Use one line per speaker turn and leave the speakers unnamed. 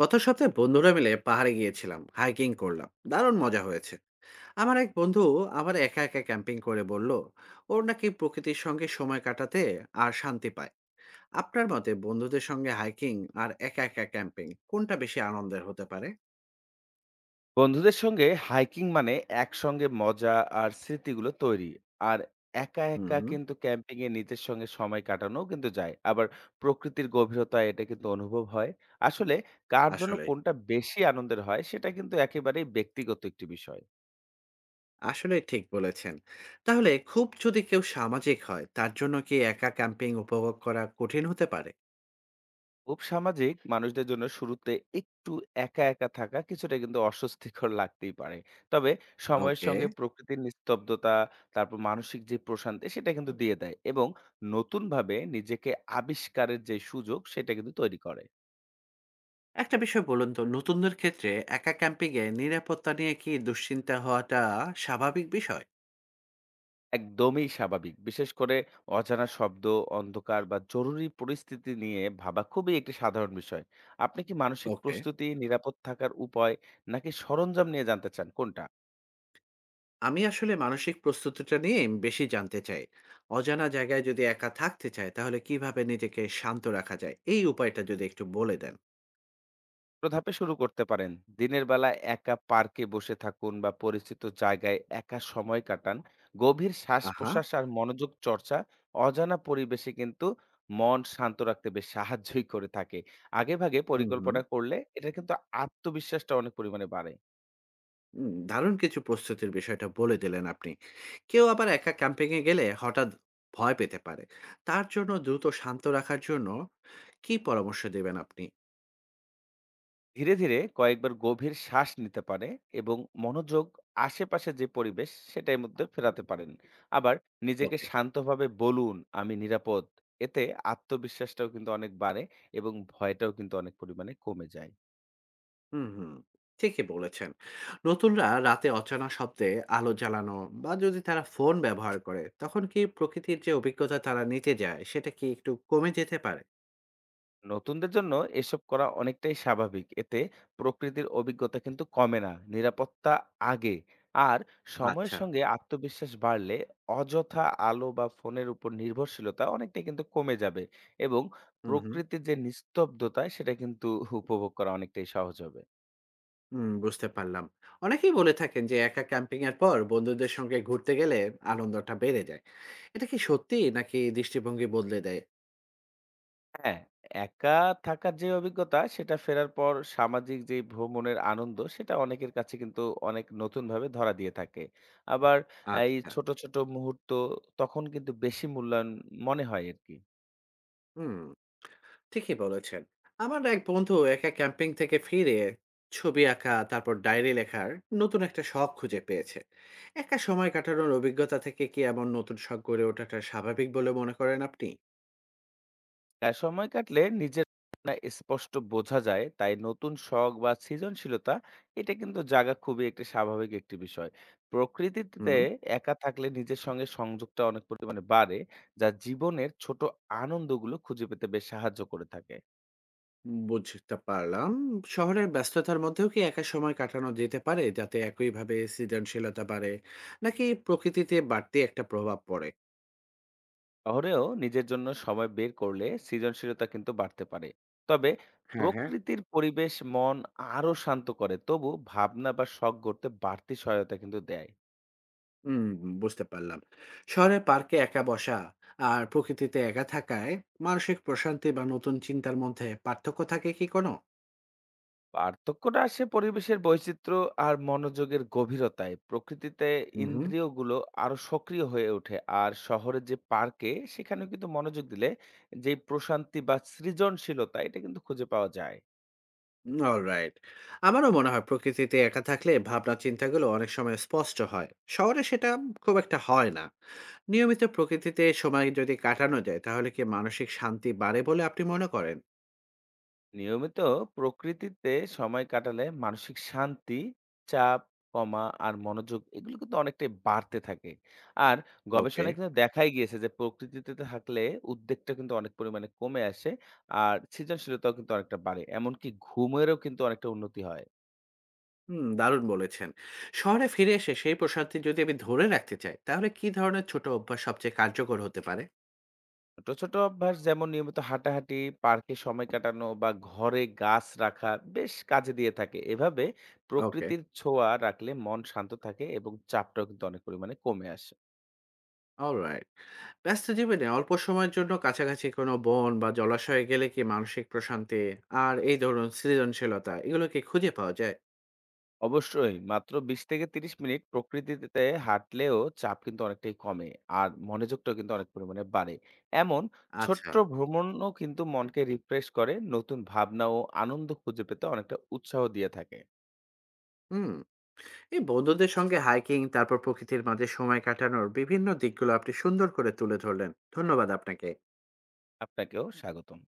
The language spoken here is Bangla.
গত সপ্তাহে বন্ধুরা মিলে পাহাড়ে গিয়েছিলাম, হাইকিং করলাম, দারুণ মজা হয়েছে। আমার এক বন্ধু আবার একা একা ক্যাম্পিং করে, বলল ওর নাকি প্রকৃতির সঙ্গে সময় কাটাতে আর শান্তি পায়। আপনার মতে বন্ধুদের সঙ্গে হাইকিং আর একা একা ক্যাম্পিং, কোনটা বেশি আনন্দের হতে পারে?
বন্ধুদের সঙ্গে হাইকিং মানে একসঙ্গে মজা আর স্মৃতিগুলো তৈরি। আর একা
হুম,
একা
হুম।
কিন্তু ক্যাম্পিং এ নিজের সঙ্গে সময় কাটানো কিন্তু যায়। আবার প্রকৃতির গভীরতা এটা কিন্তু অনুভব হয়। আসলে কার জন্য
আসলে
কোনটা বেশি আনন্দের হয় সেটা কিন্তু একেবারেই ব্যক্তিগত একটি বিষয়।
আসলে ঠিক বলেছেন। তাহলে খুব যদি কেউ সামাজিক হয়, তার জন্য কি একা ক্যাম্পিং উপভোগ করা কঠিন হতে পারে?
খুব সামাজিক মানুষদের জন্য শুরুতে একটু একা একা থাকা কিছুটা কিন্তু অস্বস্তিকর লাগতেই পারে। তবে সময়ের
ওকে।
সঙ্গে প্রকৃতির নিস্তব্ধতা, তারপর মানসিক যে প্রশান্তি সেটা কিন্তু দিয়ে দেয়, এবং নতুন ভাবে নিজেকে আবিষ্কারের যে সুযোগ সেটা কিন্তু তৈরি করে।
একটা বিষয় বলুন তো, নতুনদের ক্ষেত্রে একা ক্যাম্পিংয়ে নিরাপত্তা নিয়ে কি দুশ্চিন্তা হওয়াটা স্বাভাবিক বিষয়?
একদমই স্বাভাবিক, বিশেষ করে অজানা শব্দ, অন্ধকার বা জরুরি পরিস্থিতি নিয়ে ভাবা খুবই একটি সাধারণ বিষয়। আপনি কি মানসিক
ওকে।
প্রস্তুতি, নিরাপদ থাকার উপায় নাকি সরঞ্জাম নিয়ে জানতে চান, কোনটা?
আমি আসলে মানসিক প্রস্তুতিটা নিয়ে বেশি জানতে চাই। অজানা জায়গায় যদি একা থাকতে চায়, তাহলে কিভাবে নিজেকে শান্ত রাখা যায়? এই উপায়টা যদি একটু বলে দেন।
ছোট ধাপে শুরু করতে পারেন। দিনের বেলা একা পার্কে বসে থাকুন বা পরিচিত জায়গায় একা সময় কাটান। গভীর শ্বাস
আহা।
প্রশ্বাস আর মনোযোগ চর্চা অজানা পরিবেশে কিন্তু মন শান্ত রাখতে বেশ সাহায্যই করে থাকে। আগে ভাগে
হুম, হুম।
পরিকল্পনা করলে এটা কিন্তু আত্মবিশ্বাসটা অনেক পরিমাণে বাড়ে।
দারুণ কিছু প্রস্তুতির বিষয়টা বলে দিলেন আপনি। কেউ আবার একা ক্যাম্পিংয়ে গেলে হঠাৎ ভয় পেতে পারে। তার জন্য দ্রুত শান্ত রাখার জন্য কি পরামর্শ দেবেন আপনি?
ধীরে ধীরে কয়েকবার গভীর শ্বাস নিতে পারে, এবং মনোযোগ আশেপাশে যে পরিবেশ সেটার মধ্যে ফেরাতে পারেন। আবার নিজেকে
ওকে।
শান্তভাবে বলুন, আমি নিরাপদ। এতে আত্মবিশ্বাসটাও কিন্তু অনেক বাড়ে এবং ভয়টাও কিন্তু অনেক পরিমাণে কমে যায়।
হুম, হুম। ঠিকই বলেছেন। নতুনরা রাতে অচেনা শব্দে আলো জ্বালানো বা যদি তারা ফোন ব্যবহার করে, তখন কি প্রকৃতির যে অভিজ্ঞতা তারা নিতে যায়, সেটা কি একটু কমে যেতে পারে?
নতুনদের জন্য এসব করা অনেকটাই স্বাভাবিক। এতে প্রকৃতির অভিজ্ঞতা কিন্তু কমে না। নিরাপত্তা আগে, আর সময়ের
আচ্ছা।
সঙ্গে আত্মবিশ্বাস বাড়লে অযথা আলো বা ফোনের উপর নির্ভরশীলতা অনেকটাই কিন্তু কমে যাবে, এবং
হুম, হুম।
প্রকৃতির যে নিস্তব্ধতা সেটা কিন্তু উপভোগ করা অনেকটাই সহজ হবে।
হুম, বুঝতে পারলাম। অনেকেই বলে থাকেন যে একা ক্যাম্পিং এর পর বন্ধুদের সঙ্গে ঘুরতে গেলে আনন্দটা বেড়ে যায়। এটা কি সত্যি নাকি দৃষ্টিভঙ্গি বদলে দেয়?
হ্যাঁ, একা থাকার যে অভিজ্ঞতা সেটা ফেরার পর সামাজিক যে ভ্রমণের আনন্দ সেটা অনেকের কাছে কিন্তু অনেক নতুনভাবে ধরা দিয়ে থাকে। আবার এই
আচ্ছা।
ছোট ছোট মুহূর্ত তখন কিন্তু বেশি মূল্যায়ন মনে হয় আরকি।
হুম, ঠিকই বলেছেন। আমার এক বন্ধু একা ক্যাম্পিং থেকে ফিরে ছবি আঁকা, তারপর ডায়েরি লেখার নতুন একটা শখ খুঁজে পেয়েছে। একা সময় কাটানোর অভিজ্ঞতা থেকে কি এমন নতুন শখ গড়ে ওঠাটা স্বাভাবিক বলে মনে করেন আপনি?
সময় কাটলে নিজের না স্পষ্ট বোঝা যায়, তাই নতুন শখ বা সৃজনশীলতা এটা কিন্তু জাগা খুবই একটি স্বাভাবিক একটি বিষয়। প্রকৃতিতে
হুম,
একা থাকলে নিজের সঙ্গে সংযোগটা অনেক পরিমাণে বাড়ে, যা জীবনের ছোট আনন্দগুলো খুঁজে পেতে বেশ সাহায্য করে থাকে।
বুঝতে পারলাম। শহরের ব্যস্ততার মধ্যেও কি একা সময় কাটানো যেতে পারে, যাতে একইভাবে সৃজনশীলতা বাড়ে, নাকি প্রকৃতিতে বাড়তি একটা প্রভাব পড়ে?
শহরেও নিজের জন্য সময় বের করলে সৃজনশীলতা কিন্তু বাড়তে পারে, তবে
হ্যাঁ, হ্যাঁ।
প্রকৃতির পরিবেশ মন আরো শান্ত করে, তবু ভাবনা বা শখ গড়তে বাড়তি সহায়তা কিন্তু দেয়।
হুম, বুঝতে পারলাম। শহরের পার্কে একা বসা আর প্রকৃতিতে একা থাকায় মানসিক প্রশান্তি বা নতুন চিন্তার মধ্যে পার্থক্য থাকে কি কোনো?
পার্থক্যটা আসে পরিবেশের বৈচিত্র্য আর মনোযোগের গভীরতায়। প্রকৃতিতে
হুম, হুম।
ইন্দ্রিয়গুলো আরো সক্রিয় হয়ে ওঠে, আর শহরের যে পার্কে সেখানেও কিন্তু মনোযোগ দিলে যে প্রশান্তি বা সৃজনশীলতা এটা কিন্তু খুঁজে পাওয়া যায়।
অলরাইট। আমারও মনে হয় প্রকৃতিতে একা থাকলে ভাবনা চিন্তাগুলো অনেক সময় স্পষ্ট হয়। শহরে সেটা খুব একটা হয় না। নিয়মিত প্রকৃতিতে সময় যদি কাটানো যায় তাহলে কি মানসিক শান্তি বাড়ে বলে আপনি মনে করেন?
নিয়মিত প্রকৃতিতে সময় কাটালে মানসিক শান্তি, চাপ কমা আর মনোযোগ এগুলো কিন্তু অনেকটাই বাড়তে থাকে। আর
ওকে।
গবেষণায় কিন্তু দেখাই গিয়েছে যে প্রকৃতিতে থাকলে উদ্বেগটা কিন্তু অনেক পরিমাণে কমে আসে, আর সৃজনশীলতাও কিন্তু অনেকটা বাড়ে, এমনকি ঘুমেরও কিন্তু অনেকটা উন্নতি হয়।
হুম, দারুণ বলেছেন। শহরে ফিরে এসে সেই প্রশান্তি যদি আমি ধরে রাখতে চাই তাহলে কি ধরনের ছোট অভ্যাস সবচেয়ে কার্যকর হতে পারে?
ছোট ছোট অভ্যাস যেমন নিয়মিত হাঁটাহাঁটি, পার্কে সময় কাটানো বা ঘরে গাছ রাখা বেশ কাজে দিয়ে থাকে। এভাবে
ওকে।
প্রকৃতির ছোঁয়া রাখলে মন শান্ত থাকে এবং চাপটাও কিন্তু অনেক পরিমাণে কমে আসে।
অলরাইট। ব্যস্ত জীবনে অল্প সময়ের জন্য কাছাকাছি কোনো বন বা জলাশয়ে গেলে কি মানসিক প্রশান্তি আর এই ধরুন সৃজনশীলতা, এগুলো কি খুঁজে পাওয়া যায়?
অবশ্যই। মাত্র ২০ থেকে ৩০ মিনিট প্রকৃতিতে হাঁটলেও চাপ কিন্তু অনেকটাই কমে। আর মনোযোগটাও কিন্তু অনেক পরিমাণে বাড়ে। এমন
আচ্ছা।
ছোট্ট ভ্রমণও কিন্তু মনকে রিফ্রেশ করে, নতুন ভাবনা ও আনন্দ খুঁজে পেতে অনেকটা উৎসাহ দিয়ে থাকে।
হুম। এই বন্ধুদের সঙ্গে হাইকিং, তারপর প্রকৃতির মাঝে সময় কাটানোর বিভিন্ন দিকগুলো আপনি সুন্দর করে তুলে ধরলেন। ধন্যবাদ আপনাকে।
আপনাকেও স্বাগতম।